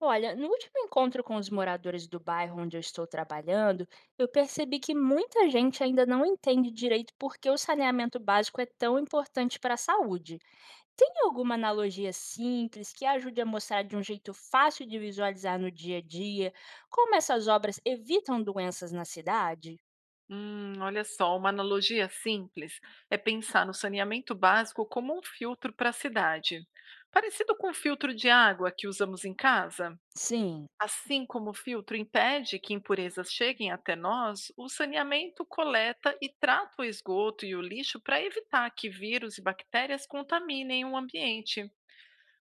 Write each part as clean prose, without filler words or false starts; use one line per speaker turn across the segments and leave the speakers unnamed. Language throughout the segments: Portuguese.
Olha, no último encontro com os moradores do bairro onde eu estou trabalhando, eu percebi que muita gente ainda não entende direito por que o saneamento básico é tão importante para a saúde. Tem alguma analogia simples que ajude a mostrar de um jeito fácil de visualizar no dia a dia como essas obras evitam doenças na cidade?
Olha só, uma analogia simples é pensar no saneamento básico como um filtro para a cidade, parecido com o filtro de água que usamos em casa.
Sim.
Assim como o filtro impede que impurezas cheguem até nós, o saneamento coleta e trata o esgoto e o lixo para evitar que vírus e bactérias contaminem o ambiente.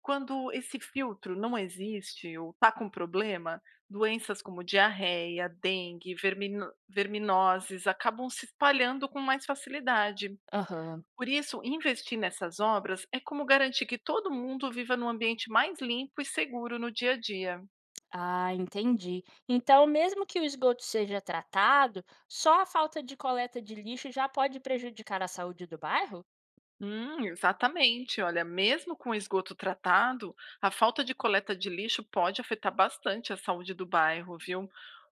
Quando esse filtro não existe ou está com problema, doenças como diarreia, dengue, verminoses acabam se espalhando com mais facilidade.
Aham.
Por isso, investir nessas obras é como garantir que todo mundo viva num ambiente mais limpo e seguro no dia a dia.
Ah, entendi. Então, mesmo que o esgoto seja tratado, só a falta de coleta de lixo já pode prejudicar a saúde do bairro?
Exatamente. Olha, mesmo com esgoto tratado, a falta de coleta de lixo pode afetar bastante a saúde do bairro, viu?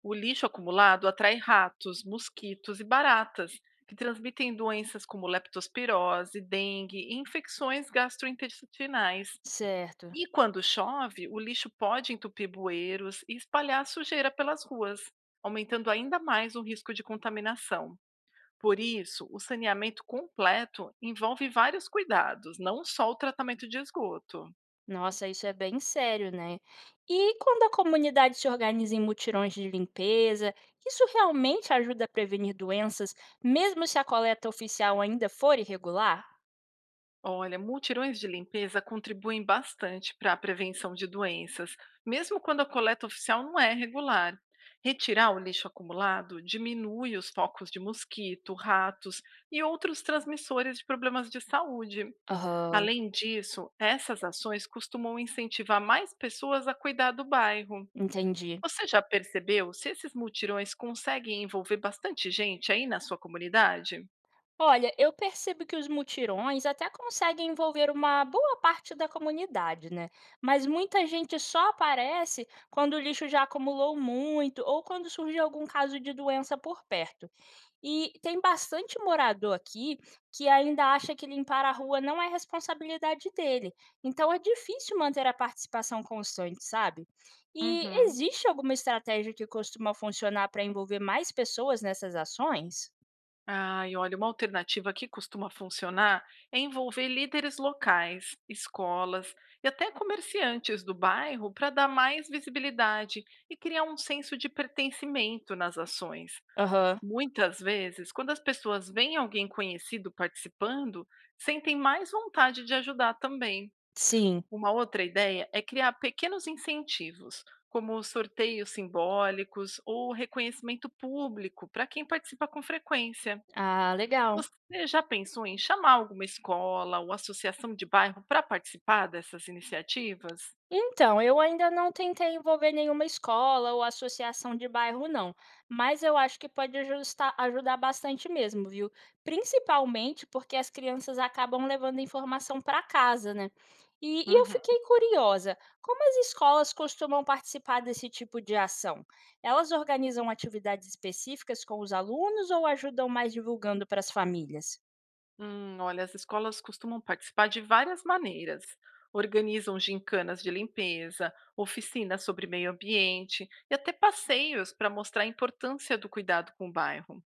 O lixo acumulado atrai ratos, mosquitos e baratas, que transmitem doenças como leptospirose, dengue e infecções gastrointestinais.
Certo.
E quando chove, o lixo pode entupir bueiros e espalhar sujeira pelas ruas, aumentando ainda mais o risco de contaminação. Por isso, o saneamento completo envolve vários cuidados, não só o tratamento de esgoto.
Nossa, isso é bem sério, né. E quando a comunidade se organiza em mutirões de limpeza, isso realmente ajuda a prevenir doenças, mesmo se a coleta oficial ainda for irregular?
Olha, multirões de limpeza contribuem bastante para a prevenção de doenças, mesmo quando a coleta oficial não é regular. Retirar o lixo acumulado diminui os focos de mosquito, ratos e outros transmissores de problemas de saúde.
Aham,
Além disso, essas ações costumam incentivar mais pessoas a cuidar do bairro.
entendi.
Você já percebeu se esses multirões conseguem envolver bastante gente aí na sua comunidade?
Olha, eu percebo que os mutirões até conseguem envolver uma boa parte da comunidade, né? Mas muita gente só aparece quando o lixo já acumulou muito ou quando surge algum caso de doença por perto. E tem bastante morador aqui que ainda acha que limpar a rua não é responsabilidade dele. Então é difícil manter a participação constante, sabe? E
Uhum.
existe alguma estratégia que costuma funcionar para envolver mais pessoas nessas ações?
Olha, uma alternativa que costuma funcionar é envolver líderes locais, escolas e até comerciantes do bairro para dar mais visibilidade e criar um senso de pertencimento nas ações.
Aham,
Muitas vezes, quando as pessoas veem alguém conhecido participando, sentem mais vontade de ajudar também.
sim.
Uma outra ideia é criar pequenos incentivos, como sorteios simbólicos ou reconhecimento público para quem participa com frequência.
Ah, legal.
Você já pensou em chamar alguma escola ou associação de bairro para participar dessas iniciativas?
Então, eu ainda não tentei envolver nenhuma escola ou associação de bairro, não. Mas eu acho que pode ajudar bastante mesmo, viu? Principalmente porque as crianças acabam levando informação para casa, né? E eu
Uhum.
fiquei curiosa, como as escolas costumam participar desse tipo de ação? Elas organizam atividades específicas com os alunos ou ajudam mais divulgando para as famílias?
Olha, as escolas costumam participar de várias maneiras. Organizam gincanas de limpeza, oficinas sobre meio ambiente e até passeios para mostrar a importância do cuidado com o bairro.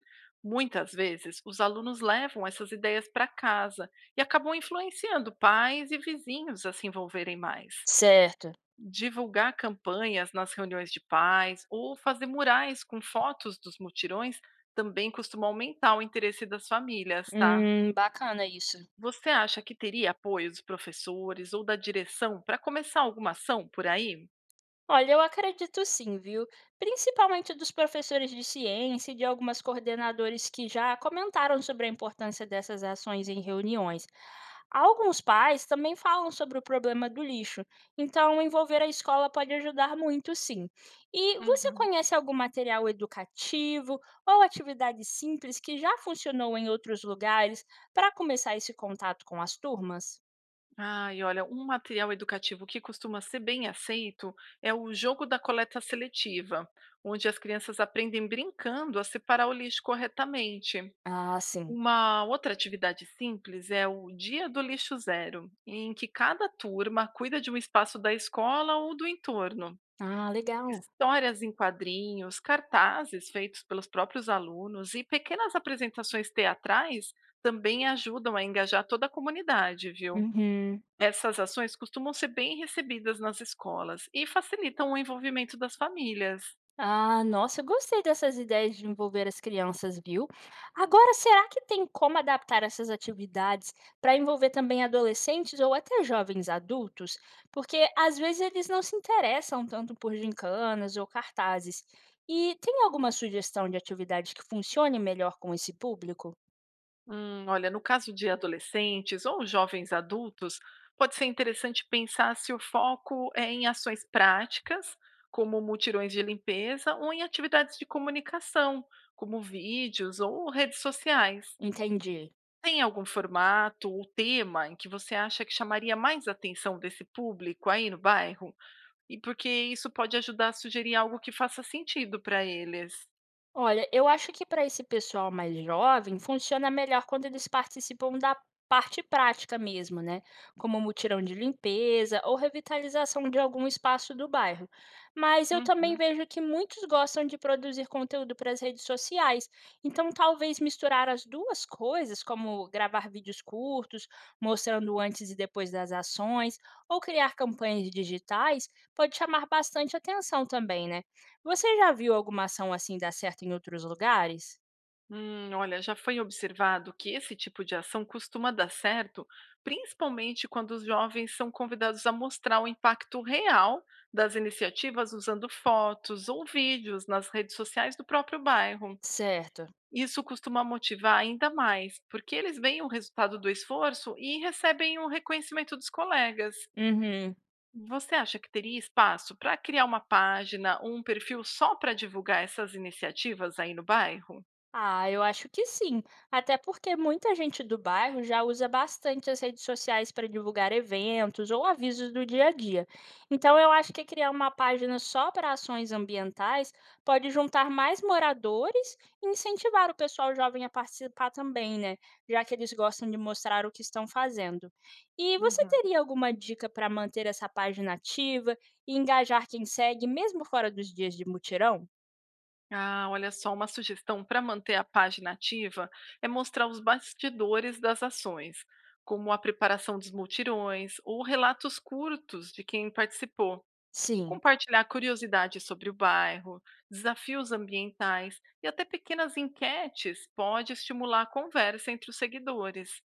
Muitas vezes, os alunos levam essas ideias para casa e acabam influenciando pais e vizinhos a se envolverem mais.
Certo.
Divulgar campanhas nas reuniões de paz ou fazer murais com fotos dos mutirões também costuma aumentar o interesse das famílias, tá?
Bacana isso.
Você acha que teria apoio dos professores ou da direção para começar alguma ação por aí?
Olha, eu acredito sim, viu? Principalmente dos professores de ciência e de algumas coordenadores que já comentaram sobre a importância dessas ações em reuniões. Alguns pais também falam sobre o problema do lixo, então envolver a escola pode ajudar muito, sim. E você
Uhum.
conhece algum material educativo ou atividade simples que já funcionou em outros lugares para começar esse contato com as turmas?
Olha, um material educativo que costuma ser bem aceito é o jogo da coleta seletiva, onde as crianças aprendem brincando a separar o lixo corretamente.
Ah, sim.
Uma outra atividade simples é o Dia do Lixo Zero, em que cada turma cuida de um espaço da escola ou do entorno.
Ah, legal.
Histórias em quadrinhos, cartazes feitos pelos próprios alunos e pequenas apresentações teatrais também ajudam a engajar toda a comunidade, viu?
Uhum.
Essas ações costumam ser bem recebidas nas escolas e facilitam o envolvimento das famílias.
Ah, nossa, eu gostei dessas ideias de envolver as crianças, viu? Agora, será que tem como adaptar essas atividades para envolver também adolescentes ou até jovens adultos? Porque às vezes eles não se interessam tanto por gincanas ou cartazes. E tem alguma sugestão de atividade que funcione melhor com esse público?
Olha, no caso de adolescentes ou jovens adultos, pode ser interessante pensar se o foco é em ações práticas, como mutirões de limpeza, ou em atividades de comunicação, como vídeos ou redes sociais.
Entendi.
Tem algum formato ou tema em que você acha que chamaria mais atenção desse público aí no bairro? E porque isso pode ajudar a sugerir algo que faça sentido para eles.
Olha, eu acho que para esse pessoal mais jovem funciona melhor quando eles participam da parte prática mesmo, né? Como mutirão de limpeza ou revitalização de algum espaço do bairro. Mas eu também
Uhum.
vejo que muitos gostam de produzir conteúdo para as redes sociais. Então, talvez misturar as duas coisas, como gravar vídeos curtos, mostrando o antes e depois das ações, ou criar campanhas digitais, pode chamar bastante atenção também, né? Você já viu alguma ação assim dar certo em outros lugares?
Olha, já foi observado que esse tipo de ação costuma dar certo, principalmente quando os jovens são convidados a mostrar o impacto real das iniciativas usando fotos ou vídeos nas redes sociais do próprio bairro.
Certo.
Isso costuma motivar ainda mais, porque eles veem o resultado do esforço e recebem o reconhecimento dos colegas.
Uhum.
Você acha que teria espaço para criar uma página ou um perfil só para divulgar essas iniciativas aí no bairro?
Ah, eu acho que sim. Até porque muita gente do bairro já usa bastante as redes sociais para divulgar eventos ou avisos do dia a dia. Então, eu acho que criar uma página só para ações ambientais pode juntar mais moradores e incentivar o pessoal jovem a participar também, né? Já que eles gostam de mostrar o que estão fazendo. E você
Uhum.
teria alguma dica para manter essa página ativa e engajar quem segue, mesmo fora dos dias de mutirão?
Ah, olha só, uma sugestão para manter a página ativa é mostrar os bastidores das ações, como a preparação dos multirões ou relatos curtos de quem participou.
Sim.
Compartilhar curiosidades sobre o bairro, desafios ambientais e até pequenas enquetes pode estimular a conversa entre os seguidores.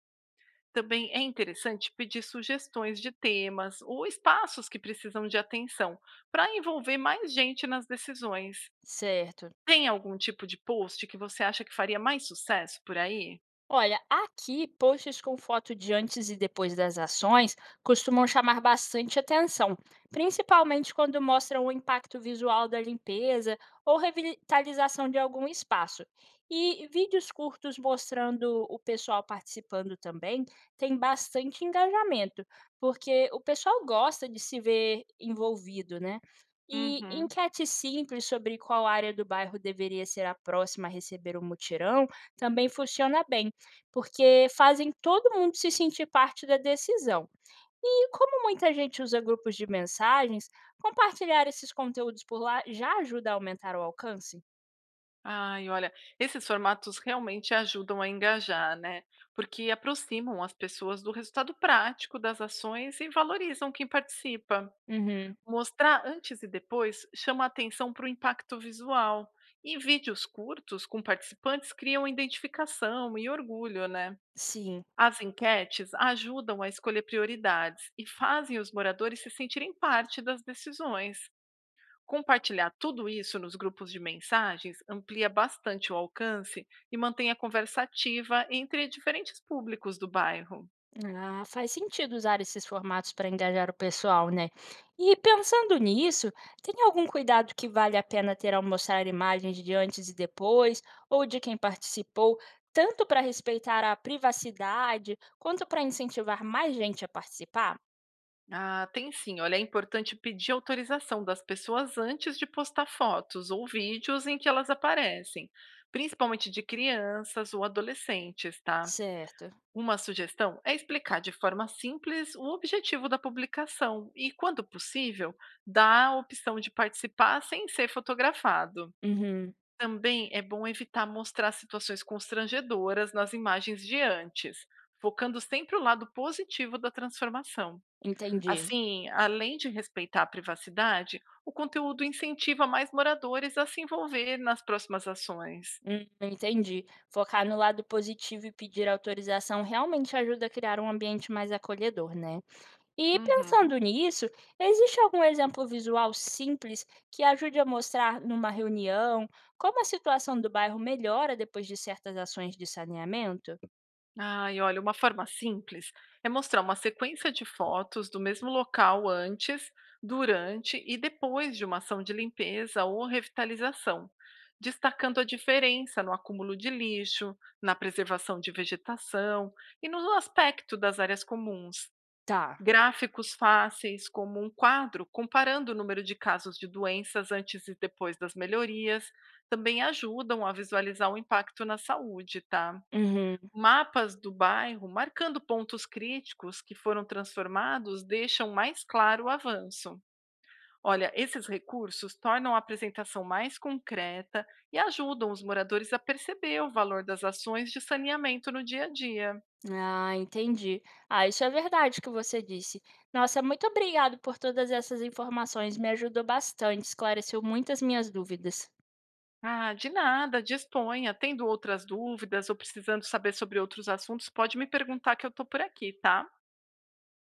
Também é interessante pedir sugestões de temas ou espaços que precisam de atenção para envolver mais gente nas decisões.
Certo.
Tem algum tipo de post que você acha que faria mais sucesso por aí?
Olha, aqui posts com foto de antes e depois das ações costumam chamar bastante atenção, principalmente quando mostram o impacto visual da limpeza ou revitalização de algum espaço. E vídeos curtos mostrando o pessoal participando também tem bastante engajamento, porque o pessoal gosta de se ver envolvido, né? E
Uhum.
enquete simples sobre qual área do bairro deveria ser a próxima a receber o mutirão também funciona bem porque fazem todo mundo se sentir parte da decisão. E como muita gente usa grupos de mensagens, compartilhar esses conteúdos por lá já ajuda a aumentar o alcance?
Ai, olha, esses formatos realmente ajudam a engajar, né? Porque aproximam as pessoas do resultado prático das ações e valorizam quem participa.
Uhum,
Mostrar antes e depois chama a atenção para o impacto visual. E vídeos curtos com participantes criam identificação e orgulho, né?
sim.
As enquetes ajudam a escolher prioridades e fazem os moradores se sentirem parte das decisões. Compartilhar tudo isso nos grupos de mensagens amplia bastante o alcance e mantém a conversa ativa entre diferentes públicos do bairro.
Ah, faz sentido usar esses formatos para engajar o pessoal, né? E pensando nisso, tem algum cuidado que vale a pena ter ao mostrar imagens de antes e depois, ou de quem participou, tanto para respeitar a privacidade, quanto para incentivar mais gente a participar?
Ah, tem sim, olha, é importante pedir autorização das pessoas antes de postar fotos ou vídeos em que elas aparecem, principalmente de crianças ou adolescentes, tá?
Certo.
Uma sugestão é explicar de forma simples o objetivo da publicação e, quando possível, dar a opção de participar sem ser fotografado.
Uhum,
Também é bom evitar mostrar situações constrangedoras nas imagens de antes, focando sempre o lado positivo da transformação.
entendi.
Assim, além de respeitar a privacidade, o conteúdo incentiva mais moradores a se envolver nas próximas ações.
Entendi. Focar no lado positivo e pedir autorização realmente ajuda a criar um ambiente mais acolhedor, né? E
Uhum.
pensando nisso, existe algum exemplo visual simples que ajude a mostrar numa reunião como a situação do bairro melhora depois de certas ações de saneamento?
Ai, olha, uma forma simples é mostrar uma sequência de fotos do mesmo local antes, durante e depois de uma ação de limpeza ou revitalização, destacando a diferença no acúmulo de lixo, na preservação de vegetação e no aspecto das áreas comuns.
Tá.
Gráficos fáceis, como um quadro comparando o número de casos de doenças antes e depois das melhorias, também ajudam a visualizar o impacto na saúde, tá?
Uhum.
Mapas do bairro marcando pontos críticos que foram transformados deixam mais claro o avanço. Olha, esses recursos tornam a apresentação mais concreta e ajudam os moradores a perceber o valor das ações de saneamento no dia a dia.
Ah, entendi. Ah, isso é verdade que você disse. Nossa, muito obrigado por todas essas informações, me ajudou bastante, esclareceu muitas minhas dúvidas.
Ah, de nada, disponha. Tendo outras dúvidas ou precisando saber sobre outros assuntos, pode me perguntar que eu estou por aqui, tá?